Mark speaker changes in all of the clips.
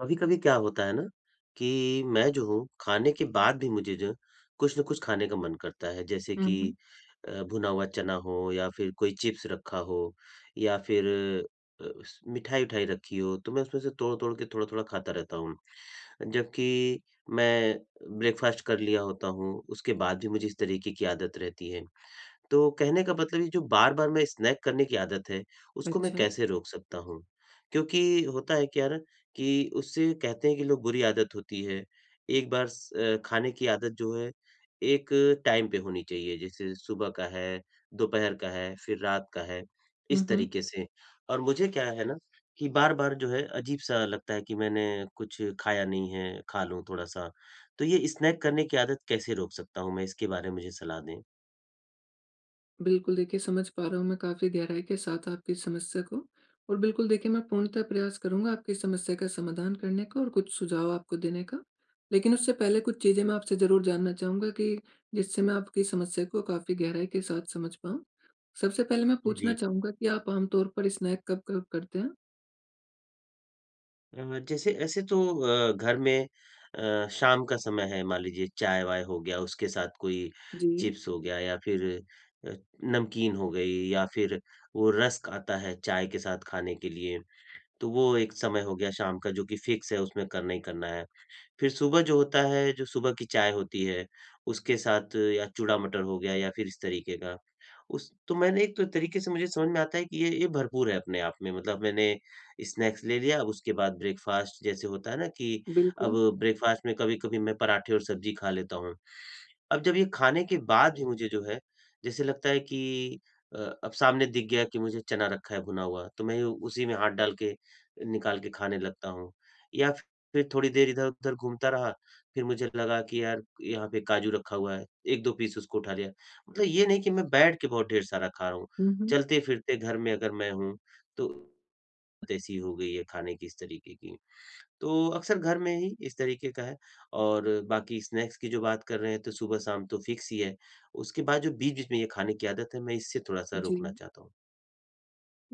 Speaker 1: कभी-कभी क्या होता है ना कि मैं जो हूँ खाने के बाद भी मुझे जो है, कुछ न कुछ खाने का मन करता है जैसे
Speaker 2: हुँ, हुँ।
Speaker 1: कि भुना हुआ चना हो या फिर कोई चिप्स रखा हो या फिर अ, स मिठाई-उठाई रखी हो तो मैं उसमें से तोड़-तोड़ के थोड़ा-थोड़ा खाता रहता हूँ। जबकि मैं ब्रेकफ़ास्ट कर लिया होता हूँ उसके बाद भी मुझे इस तरीके की आदत रहती है। तो कहने का मतलब ये जो बार-बार मैं स्नैक करने की आदत है, उसको मैं
Speaker 2: अच्छा।
Speaker 1: कैसे रोक सकता हूँ? क्योंकि होता है क्या ना कि उससे कहते हैं कि लोग बुरी आदत होती है। एक बार खाने की आदत जो है, एक टाइम पे होनी चाहिए। जैसे सुबह का है, दोपहर का है, फिर रात का है,
Speaker 2: हुँ,
Speaker 1: इस
Speaker 2: हुँ।
Speaker 1: तरीके से। और मुझे क्या है ना कि बार-बार जो है अजीब-सा लगता है कि मैंने कुछ खाया नहीं है, खा लूँ थोड़ा-सा। तो ये स्नैक करने की आदत कैसे रोक सकता हूँ मैं? इसके बारे में मुझे सलाह दें।
Speaker 2: बिल्कुल देखिए समझ पा रहा हूँ मैं काफ़ी गहराई के साथ आपकी समस्या को और बिल्कुल देखिए मैं पूर्णतः प्रयास करूँगा आपकी समस्या का समाधान करने का और कुछ सुझाव आपको देने का। लेकिन उससे पहले कुछ चीज़ें मैं आपसे ज़रूर जानना चाहूँगा कि जिससे मैं आपकी समस्या को काफ़ी गहराई के साथ समझ पाऊँ। सबसे पहले मैं पूछना
Speaker 1: जी।
Speaker 2: चाहूँगा कि आप आम तौर पर स्नैक कब-कब करते हैं?
Speaker 1: जैसे ऐसे तो घर में शाम का समय है मान लीजिए चाय-वाय हो गया, उसके साथ कोई
Speaker 2: जी,
Speaker 1: चिप्स हो गया या फिर अ, नमकीन हो गई या फिर वो रस्क आता है चाय के साथ खाने के लिए, तो वो एक समय हो गया शाम का जो कि फिक्स है उसमें करना ही करना है। फिर सुबह जो होता है, जो सुबह की चाय होती है, उसके साथ या चूड़ा मटर हो गया या फिर इस तरीके का। उस तो मैंने एक तो तरीके से मुझे समझ में आता है कि ये भरपूर है अपने आप में मतलब मैंने स्नैक्स ले लिया, अब उसके बाद ब्रेकफ़ास्ट जैसे होता है ना कि
Speaker 2: बिल्कुल।
Speaker 1: अब ब्रेकफ़ास्ट में कभी-कभी मैं पराठे और सब्ज़ी खा लेता हूँ। अब जब ये खाने के बाद भी मुझे जो है, जैसे लगता है कि अ, अब सामने दिख गया कि मुझे चना रखा है भुना हुआ, तो मैं उसी में हाथ डाल के निकाल के खाने लगता हूँ। या फिर थोड़ी देर इधर-उधर घूमता रहा, फिर मुझे लगा कि यार यहाँ पे काजू रखा हुआ है, 1-2 पीस उसको उठा लिया। मतलब ये नहीं कि मैं बैठ के बहुत ढेर सारा खा रहा हूँ,
Speaker 2: हुँ, हुँ।
Speaker 1: चलते-फिरते घर में अगर मैं हूँ, तो ऐसी हो गई है खाने की इस तरीके की। तो अक्सर घर में ही इस तरीके का है और बाकी स्नैक्स की जो बात कर रहे हैं तो सुबह शाम तो फिक्स ही है। उसके बाद जो बीच-बीच में ये खाने की आदत है मैं इससे थोड़ा-सा
Speaker 2: जी।
Speaker 1: रोकना चाहता हूँ।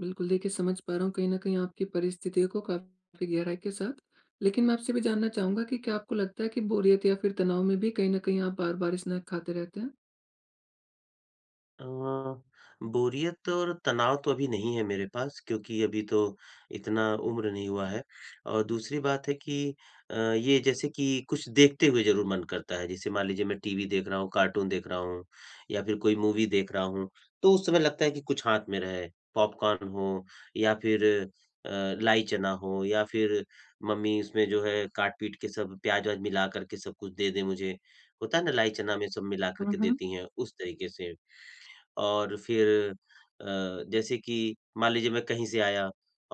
Speaker 2: बिल्कुल, देखिए समझ पा रहा हूँ कहीं न कहीं आपकी परिस्थितियों को काफ़ी गहराई के साथ। लेकिन मैं आपसे भी जानना चाहूँगा कि क्या आपको लगता है कि बोरियत या फिर तनाव में भी कहीं न कहीं आप बार-बार स्नैक खाते रहते हैं?
Speaker 1: अ, बोरियत और तनाव तो अभी नहीं है मेरे पास क्योंकि अभी तो इतना उम्र नहीं हुआ है और दूसरी बात है कि ये जैसे कि कुछ देखते हुए ज़रूर मन करता है। जैसे मान लीजिए मैं टीवी देख रहा हूँ, कार्टून देख रहा हूँ या फिर कोई मूवी देख रहा हूँ, तो उस समय लगता है कि कुछ हाथ में रहे, पॉपकॉर्न हो या फिर अ, लाई चना हो या फिर मम्मी उसमें जो है काट-पीट के सब प्याज़-व्याज़ मिला कर के सब कुछ दे दें मुझे। होता है ना लाई चना में सब मिला कर
Speaker 2: हुँ,
Speaker 1: के
Speaker 2: हुँ।
Speaker 1: देती हैं, उस तरीके से। और फिर अ, जैसे कि मान लीजिए मैं कहीं से आया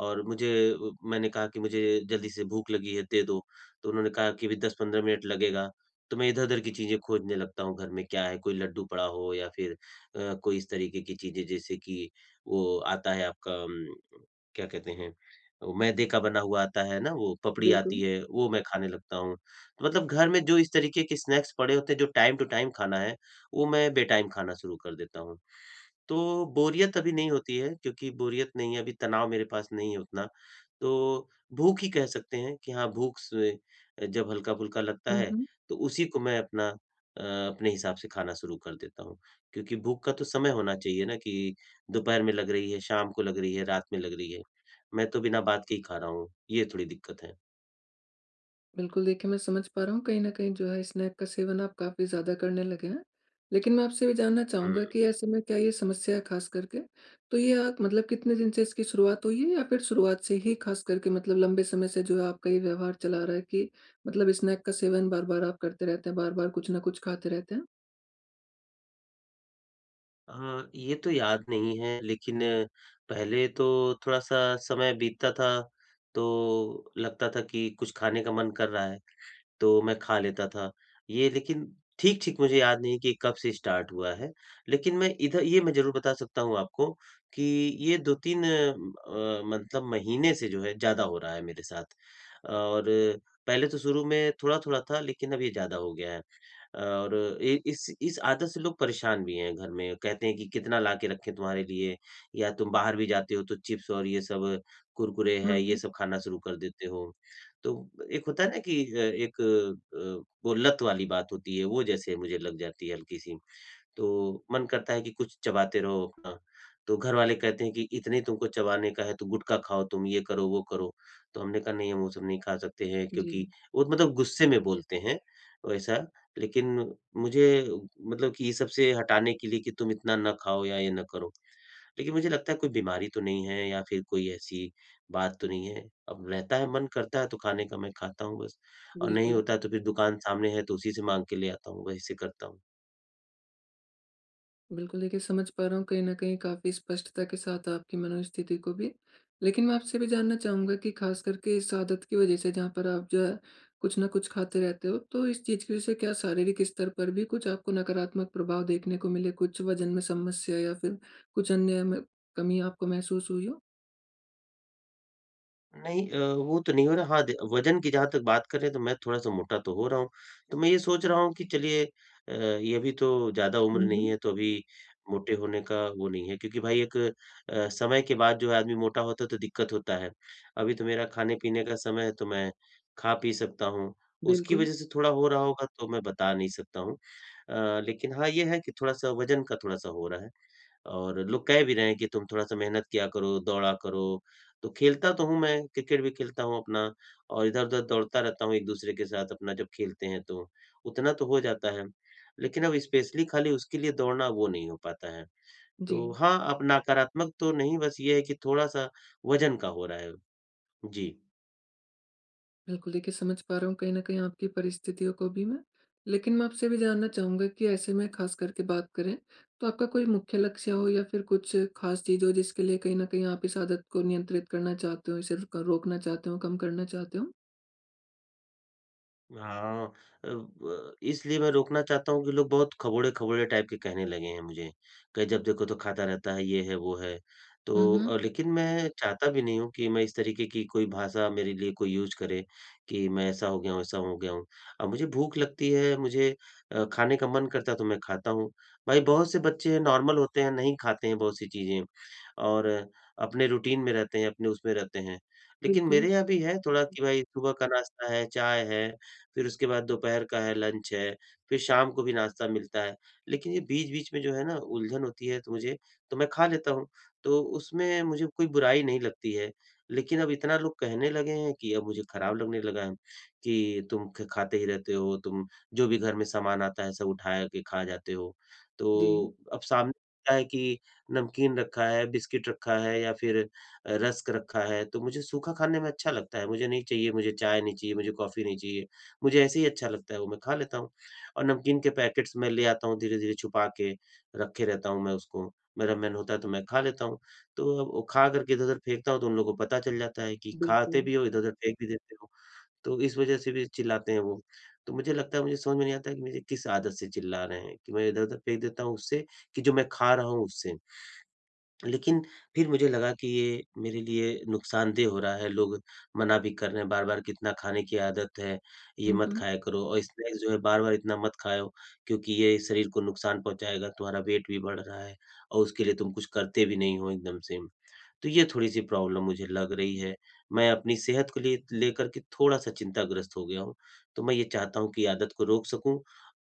Speaker 1: और मुझे मैंने कहा कि मुझे जल्दी से भूख लगी है दे दो, तो उन्होंने कहा कि अभी 10-15 मिनट लगेगा, तो मैं इधर-उधर की चीज़ें खोजने लगता हूँ घर में क्या है, कोई लड्डू पड़ा हो या फिर कोई इस तरीके की चीज़ें जैसे कि वो आता है आपका क्या कहते हैं, वो मैदे का बना हुआ आता है ना वो पपड़ी आती
Speaker 2: बिल्कुल।
Speaker 1: है, वो मैं खाने लगता हूँ। तो मतलब घर में जो इस तरीके के स्नैक्स पड़े होते हैं जो टाइम टू टाइम खाना है, वो मैं बेटाइम खाना शुरू कर देता हूँ। तो बोरियत अभी नहीं होती है क्योंकि बोरियत नहीं है, अभी तनाव मेरे पास नहीं है उतना। तो भूख ही कह सकते हैं कि हाँ, भूख से जब हल्का-फुल्का लगता
Speaker 2: हुँ,
Speaker 1: है,
Speaker 2: हुँ।
Speaker 1: तो उसी को मैं अपने हिसाब से खाना शुरू कर देता हूँ। क्योंकि भूख का तो समय होना चाहिए ना कि दोपहर में लग रही है, शाम को लग रही है, रात में लग रही है। मैं तो बिना बात के ही खा रहा हूँ, ये थोड़ी दिक्कत है।
Speaker 2: बिल्कुल, देखिए मैं समझ पा रहा हूँ कहीं न कहीं जो है स्नैक का सेवन आप काफ़ी ज़्यादा करने लगे हैं। लेकिन मैं आपसे भी जानना चाहूँगा
Speaker 1: हुँ।
Speaker 2: कि ऐसे में क्या ये समस्या है ख़ास करके? तो ये आप मतलब कितने दिन से इसकी शुरुआत हुई है या फिर शुरुआत से ही ख़ास करके मतलब लंबे समय से जो है आपका ये व्यवहार चला रहा है कि मतलब स्नैक का सेवन बार-बार आप करते रहते हैं, बार-बार कुछ न कुछ खाते रहते हैं?
Speaker 1: हाँ, ये तो याद नहीं है लेकिन पहले तो थोड़ा-सा समय बीतता था, तो लगता था कि कुछ खाने का मन कर रहा है। तो मैं खा लेता था। ये लेकिन ठीक-ठीक मुझे याद नहीं कि कब से स्टार्ट हुआ है। लेकिन मैं इधर ये मैं ज़रूर बता सकता हूँ आपको कि ये 2-3 मतलब महीने से जो है ज़्यादा हो रहा है मेरे साथ। और पहले तो शुरू में थोड़ा-थोड़ा था लेकिन अब ये ज़्यादा हो गया है। और इ इस आदत से लोग परेशान भी हैं घर में। कहते हैं कि कितना ला के रखें तुम्हारे लिए या तुम बाहर भी जाते हो तो चिप्स और ये सब कुरकुरे
Speaker 2: हुँ,
Speaker 1: है, ये
Speaker 2: हुँ।
Speaker 1: सब खाना शुरू कर देते हो। तो एक होता है ना कि वो लत वाली बात होती है, वो जैसे मुझे लग जाती है हल्की-सी। तो मन करता है कि कुछ चबाते रहो अपना। तो घरवाले कहते हैं कि इतने तुमको चबाने का है तो गुटखा खाओ तुम, ये करो, वो करो। तो हमने कहा नहीं हम वो सब नहीं खा सकते हैं
Speaker 2: जी,
Speaker 1: क्योंकि वो मतलब गुस्से में बोलते हैं वैसा। लेकिन मुझे मतलब कि ये सब से हटाने के लिए कि तुम इतना ना खाओ या ये ना करो। लेकिन मुझे लगता है कोई बीमारी तो नहीं है या फिर कोई ऐसी बात तो नहीं है। अब रहता है मन करता है तो खाने का मैं खाता हूँ बस और नहीं
Speaker 2: बिल्कुल।
Speaker 1: होता है तो फिर दुकान सामने है तो उसी से माँग के ले आता हूँ, वहीं से करता हूँ।
Speaker 2: बिल्कुल, देखिए समझ पा रहा हूँ कहीं न कहीं काफ़ी स्पष्टता के साथ आपकी मनोस्थिति को भी। लेकिन मैं आपसे भी जानना चाहूँगा कि ख़ास करके इस आदत की वज़ह से जहाँ पर आप जो है कुछ न कुछ खाते रहते हो, तो इस चीज़ की वज़ह से क्या शारीरिक स्तर पर भी कुछ आपको नकारात्मक प्रभाव देखने को मिले? कुछ वज़न में समस्या या फिर कुछ अन्य में कमी आपको महसूस हुई हो?
Speaker 1: नहीं वो तो नहीं हो रहा। हाँ, द वज़न की जहाँ तक बात करें तो मैं थोड़ा-सा मोटा तो हो रहा हूँ। तो मैं ये सोच रहा हूँ कि चलिए ये भी तो ज़्यादा
Speaker 2: हुँ,
Speaker 1: उम्र नहीं
Speaker 2: हुँ।
Speaker 1: है तो अभी मोटे होने का वो नहीं है क्योंकि भाई एक समय के बाद जो है आदमी मोटा होता है तो दिक्कत होता है। अभी तो मेरा खाने-पीने का समय है तो मैं खा-पी सकता हूँ। उसकी
Speaker 2: बिल्कुल।
Speaker 1: वज़ह से थोड़ा हो रहा होगा तो मैं बता नहीं सकता हूँ। लेकिन हाँ, ये है कि थोड़ा-सा वज़न का थोड़ा-सा हो रहा है। और लोग कह भी रहे हैं कि तुम थोड़ा-सा मेहनत किया करो, दौड़ा करो। तो खेलता तो हूँ मैं, क्रिकेट भी खेलता हूँ अपना और इधर-उधर दौड़ता रहता हूँ एक-दूसरे के साथ अपना जब खेलते हैं तो। उतना तो हो जाता है। लेकिन अब स्पेशली खाली उसके लिए दौड़ना वो नहीं हो पाता है।
Speaker 2: जी।
Speaker 1: तो हाँ, अब नकारात्मक तो नहीं बस ये है कि थोड़ा-सा वज़न का हो रहा है। जी।
Speaker 2: बिल्कुल, देखिए समझ पा रहा हूँ कहीं न कहीं आपकी परिस्थितियों को भी मैं। लेकिन मैं आपसे भी जानना चाहूँगा कि ऐसे में ख़ास करके बात करें, तो आपका कोई मुख्य लक्ष्य हो या फिर कुछ ख़ास चीज़ हो जिसके लिए कहीं न कहीं आप इस आदत को नियंत्रित करना चाहते हो, इसे क रोकना चाहते हो, कम करना चाहते हो?
Speaker 1: हाँ, अ, ब इसलिए मैं रोकना चाहता हूँ कि लोग बहुत खबोड़े-खबोड़े टाइप के कहने लगे हैं मुझे। कहीं जब देखो तो खाता रहता है, ये है, वो है।
Speaker 2: हुँ,
Speaker 1: तो
Speaker 2: हुँ।
Speaker 1: लेकिन मैं चाहता भी नहीं हूँ कि मैं इस तरीके की कोई भाषा मेरे लिए कोई यूज़ करे, कि मैं ऐसा हो गया हूँ, वैसा हो गया हूँ। अब मुझे भूख लगती है, मुझे खाने का मन करता है तो मैं खाता हूँ। भाई बहुत से बच्चे हैं नॉर्मल होते हैं, नहीं खाते हैं बहुत सी चीज़ें और अपने रूटीन में रहते हैं, अपने उसमें रहते हैं। लेकिन
Speaker 2: बिल्कुल।
Speaker 1: मेरे यहाँ भी है थोड़ा कि भाई सुबह का नाश्ता है, चाय है। फिर उसके बाद दोपहर का है, लंच है, फिर शाम को भी नाश्ता मिलता है। लेकिन ये बीच-बीच में जो है ना उलझन होती है तो मुझे तो मैं खा लेता हूँ, तो उसमें मुझे कोई बुराई नहीं लगती है। लेकिन अब इतना लोग कहने लगे हैं कि अब मुझे खराब लगने लगा है कि तुम ख खाते ही रहते हो, तुम जो भी घर में सामान आता है सब उठा के खा जाते हो।
Speaker 2: जी,
Speaker 1: तो अब सामने दिखता है कि नमकीन रखा है, बिस्किट रखा है या फिर रस्क रखा है, तो मुझे सूखा खाने में अच्छा लगता है। मुझे नहीं चाहिए, मुझे चाय नहीं चाहिए, मुझे कॉफ़ी नहीं चाहिए। मुझे ऐसे ही अच्छा लगता है वो मैं खा लेता हूँ और नमकीन के पैकेट्स मैं ले आता हूँ धीरे-धीरे छुपा के, रखे रहता हूँ मैं उसको। मेरा मन होता है तो मैं खा लेता हूँ। तो अब वो खा कर के इधर-उधर फेंकता हूँ तो उन लोगों को पता चल जाता है कि खाते
Speaker 2: बिल्कुल।
Speaker 1: भी हो, इधर-उधर फेंक भी देते हो। तो इस वजह से भी चिल्लाते हैं वो। तो मुझे लगता है मुझे समझ में नहीं आता है कि मुझे किस आदत से चिल्ला रहे हैं कि मैं इधर-उधर फेंक देता हूँ उससे कि जो मैं खा रहा हूँ उससे। लेकिन फिर मुझे लगा कि ये मेरे लिए नुकसानदेह हो रहा है, लोग मना भी कर रहे हैं बार-बार कि इतना खाने की आदत है, ये
Speaker 2: हुँ,
Speaker 1: मत
Speaker 2: हुँ।
Speaker 1: खाया करो और स्नैक्स जो है बार-बार इतना मत खाओ क्योंकि ये शरीर को नुकसान पहुँचाएगा, तुम्हारा वेट भी बढ़ रहा है और उसके लिए तुम कुछ करते भी नहीं हो एकदम से। तो ये थोड़ी-सी प्रॉब्लम मुझे लग रही है। मैं अपनी सेहत को लिए लेकर के थोड़ा-सा चिंताग्रस्त हो गया हूँ, तो मैं ये चाहता हूँ कि आदत को रोक सकूँ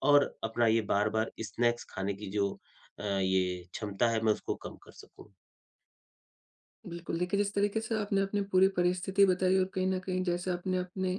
Speaker 1: और अपना ये बार-बार स्नैक्स खाने की जो ये क्षमता है मैं उसको कम कर सकूँ।
Speaker 2: बिल्कुल, देखिए जिस तरीके से आपने अपनी पूरी परिस्थिति बताई और कहीं न कहीं जैसे आपने अपने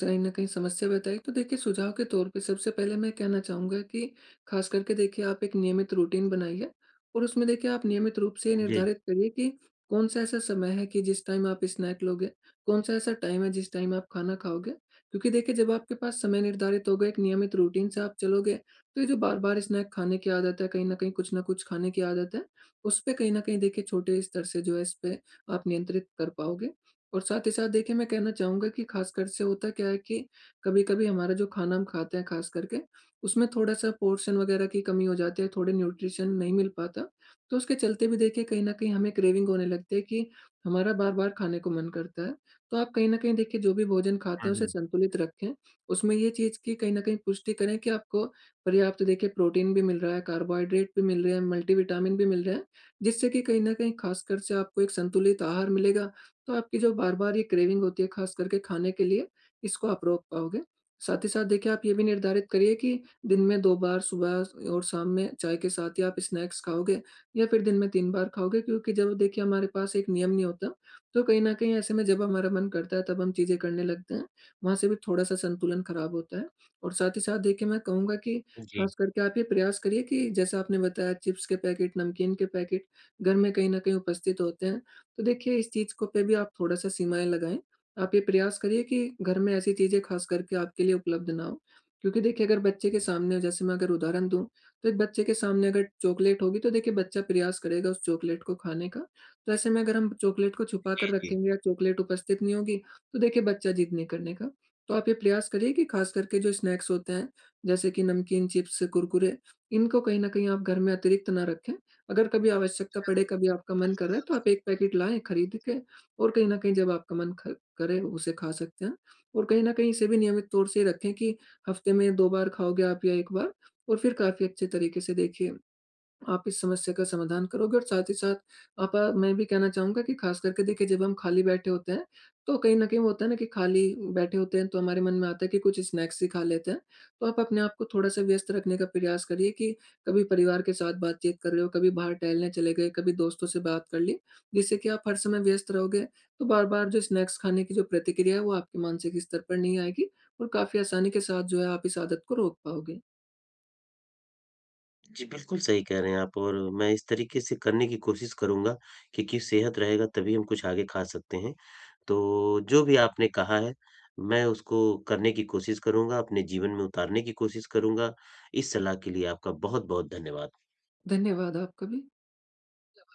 Speaker 2: कहीं न कहीं समस्या बताई, तो देखिए सुझाव के तौर पे सबसे पहले मैं कहना चाहूँगा कि ख़ास करके देखिए आप एक नियमित रूटीन बनाइए और उसमें देखिए आप नियमित रूप से ये
Speaker 1: जी।
Speaker 2: निर्धारित करिए कि कौन-सा ऐसा समय है कि जिस टाइम आप स्नैक लोगे, कौन-सा ऐसा टाइम है जिस टाइम आप खाना खाओगे। क्योंकि देखिए जब आपके पास समय निर्धारित होगा, एक नियमित रूटीन से आप चलोगे, तो ये जो बार-बार स्नैक खाने की आदत है, कहीं न कहीं कुछ न कुछ खाने की आदत है, उसपे कहीं न कहीं देखिए छोटे स्तर से जो है इसपे आप नियंत्रित कर पाओगे। और साथ ही साथ देखिए मैं कहना चाहूँगा कि ख़ासकर से होता क्या है कि कभी-कभी हमारा जो खाना हम खाते हैं ख़ास करके, उसमें थोड़ा-सा पोर्शन वग़ैरह की कमी हो जाती है, थोड़े न्यूट्रिशन नहीं मिल पाता। तो उसके चलते भी देखिए कहीं न कहीं हमें क्रेविंग होने लगती है कि हमारा बार-बार खाने को मन करता है। तो आप कहीं न कहीं देखिए जो भी भोजन खाते
Speaker 1: हुँ,
Speaker 2: हैं उसे
Speaker 1: हुँ।
Speaker 2: संतुलित रखें। उसमें ये चीज़ की कहीं न कहीं पुष्टि करें कि आपको पर्याप्त देखिए प्रोटीन भी मिल रहा है, कार्बोहाइड्रेट भी मिल रहे हैं, मल्टीविटामिन भी मिल रहे हैं जिससे कि कहीं न कहीं ख़ासकर से आपको एक संतुलित आहार मिलेगा, तो आपकी जो बार-बार ये क्रेविंग होती है ख़ास करके खाने के लिए, इसको आप रोक पाओगे। साथ ही साथ देखिए आप ये भी निर्धारित करिए कि दिन में 2 बार सुबह और शाम में चाय के साथ ही आप स्नैक्स खाओगे या फिर दिन में 3 बार खाओगे, क्योंकि जब देखिए हमारे पास एक नियम नहीं होता, तो कहीं न कहीं ऐसे में जब हमारा मन करता है तब हम चीज़ें करने लगते हैं, वहाँ से भी थोड़ा-सा संतुलन ख़राब होता है। और साथ ही साथ देखिए मैं कहूँगा कि
Speaker 1: जी,
Speaker 2: ख़ास करके आप ये प्रयास करिए कि जैसा आपने बताया चिप्स के पैकेट, नमकीन के पैकेट घर में कहीं न कहीं उपस्थित होते हैं। तो देखिए इस चीज़ को पे भी आप थोड़ा-सा सीमाएँ लगाएँ। आप ये प्रयास करिए कि घर में ऐसी चीज़ें ख़ास करके आपके लिए उपलब्ध ना हो। क्योंकि देखिए अगर बच्चे के सामने जैसे मैं अगर उदाहरण दूँ, तो एक बच्चे के सामने अगर चॉकलेट होगी तो देखिए बच्चा प्रयास करेगा उस चॉकलेट को खाने का। तो ऐसे में अगर हम चॉकलेट को छुपा कर
Speaker 1: जी।
Speaker 2: रखेंगे या चॉकलेट उपस्थित नहीं होगी, तो देखिए बच्चा ज़िद नहीं करने का। तो आप ये प्रयास करिए कि ख़ास करके जो स्नैक्स होते हैं, जैसे कि नमकीन, चिप्स, कुरकुरे, इनको कहीं न कहीं आप घर में अतिरिक्त ना रखें। अगर कभी आवश्यकता पड़े, कभी आपका मन कर रहा है तो आप 1 पैकेट लाएँ खरीद के, और कहीं न कहीं जब आपका मन ख करे उसे खा सकते हैं। और कहीं न कहीं इसे भी नियमित तौर से रखें कि हफ्ते में 2 बार खाओगे आप या 1 बार, और फिर काफ़ी अच्छे तरीके से देखिए आप इस समस्या का समाधान करोगे। और साथ ही साथ आप मैं भी कहना चाहूँगा कि खास करके देखिए जब हम खाली बैठे होते हैं, तो कहीं न कहीं वो होता है ना कि खाली बैठे होते हैं तो हमारे मन में आता है कि कुछ स्नैक्स ही खा लेते हैं। तो आप अपने आप को थोड़ा-सा व्यस्त रखने का प्रयास करिए कि कभी परिवार के साथ बातचीत कर रहे हो, कभी बाहर टहलने चले गए, कभी दोस्तों से बात कर ली, जिससे कि आप हर समय व्यस्त रहोगे, तो बार-बार जो स्नैक्स खाने की जो प्रतिक्रिया है वो आपके मानसिक स्तर पर नहीं आएगी और काफ़ी आसानी के साथ जो है आप इस आदत को रोक पाओगे।
Speaker 1: जी, बिल्कुल सही कह रहे हैं आप और मैं इस तरीके से करने की कोशिश करूँगा क्योंकि सेहत रहेगा तभी हम कुछ आगे खा सकते हैं। तो जो भी आपने कहा है, मैं उसको करने की कोशिश करूँगा, अपने जीवन में उतारने की कोशिश करूँगा। इस सलाह के लिए आपका बहुत-बहुत धन्यवाद।
Speaker 2: धन्यवाद आपका भी।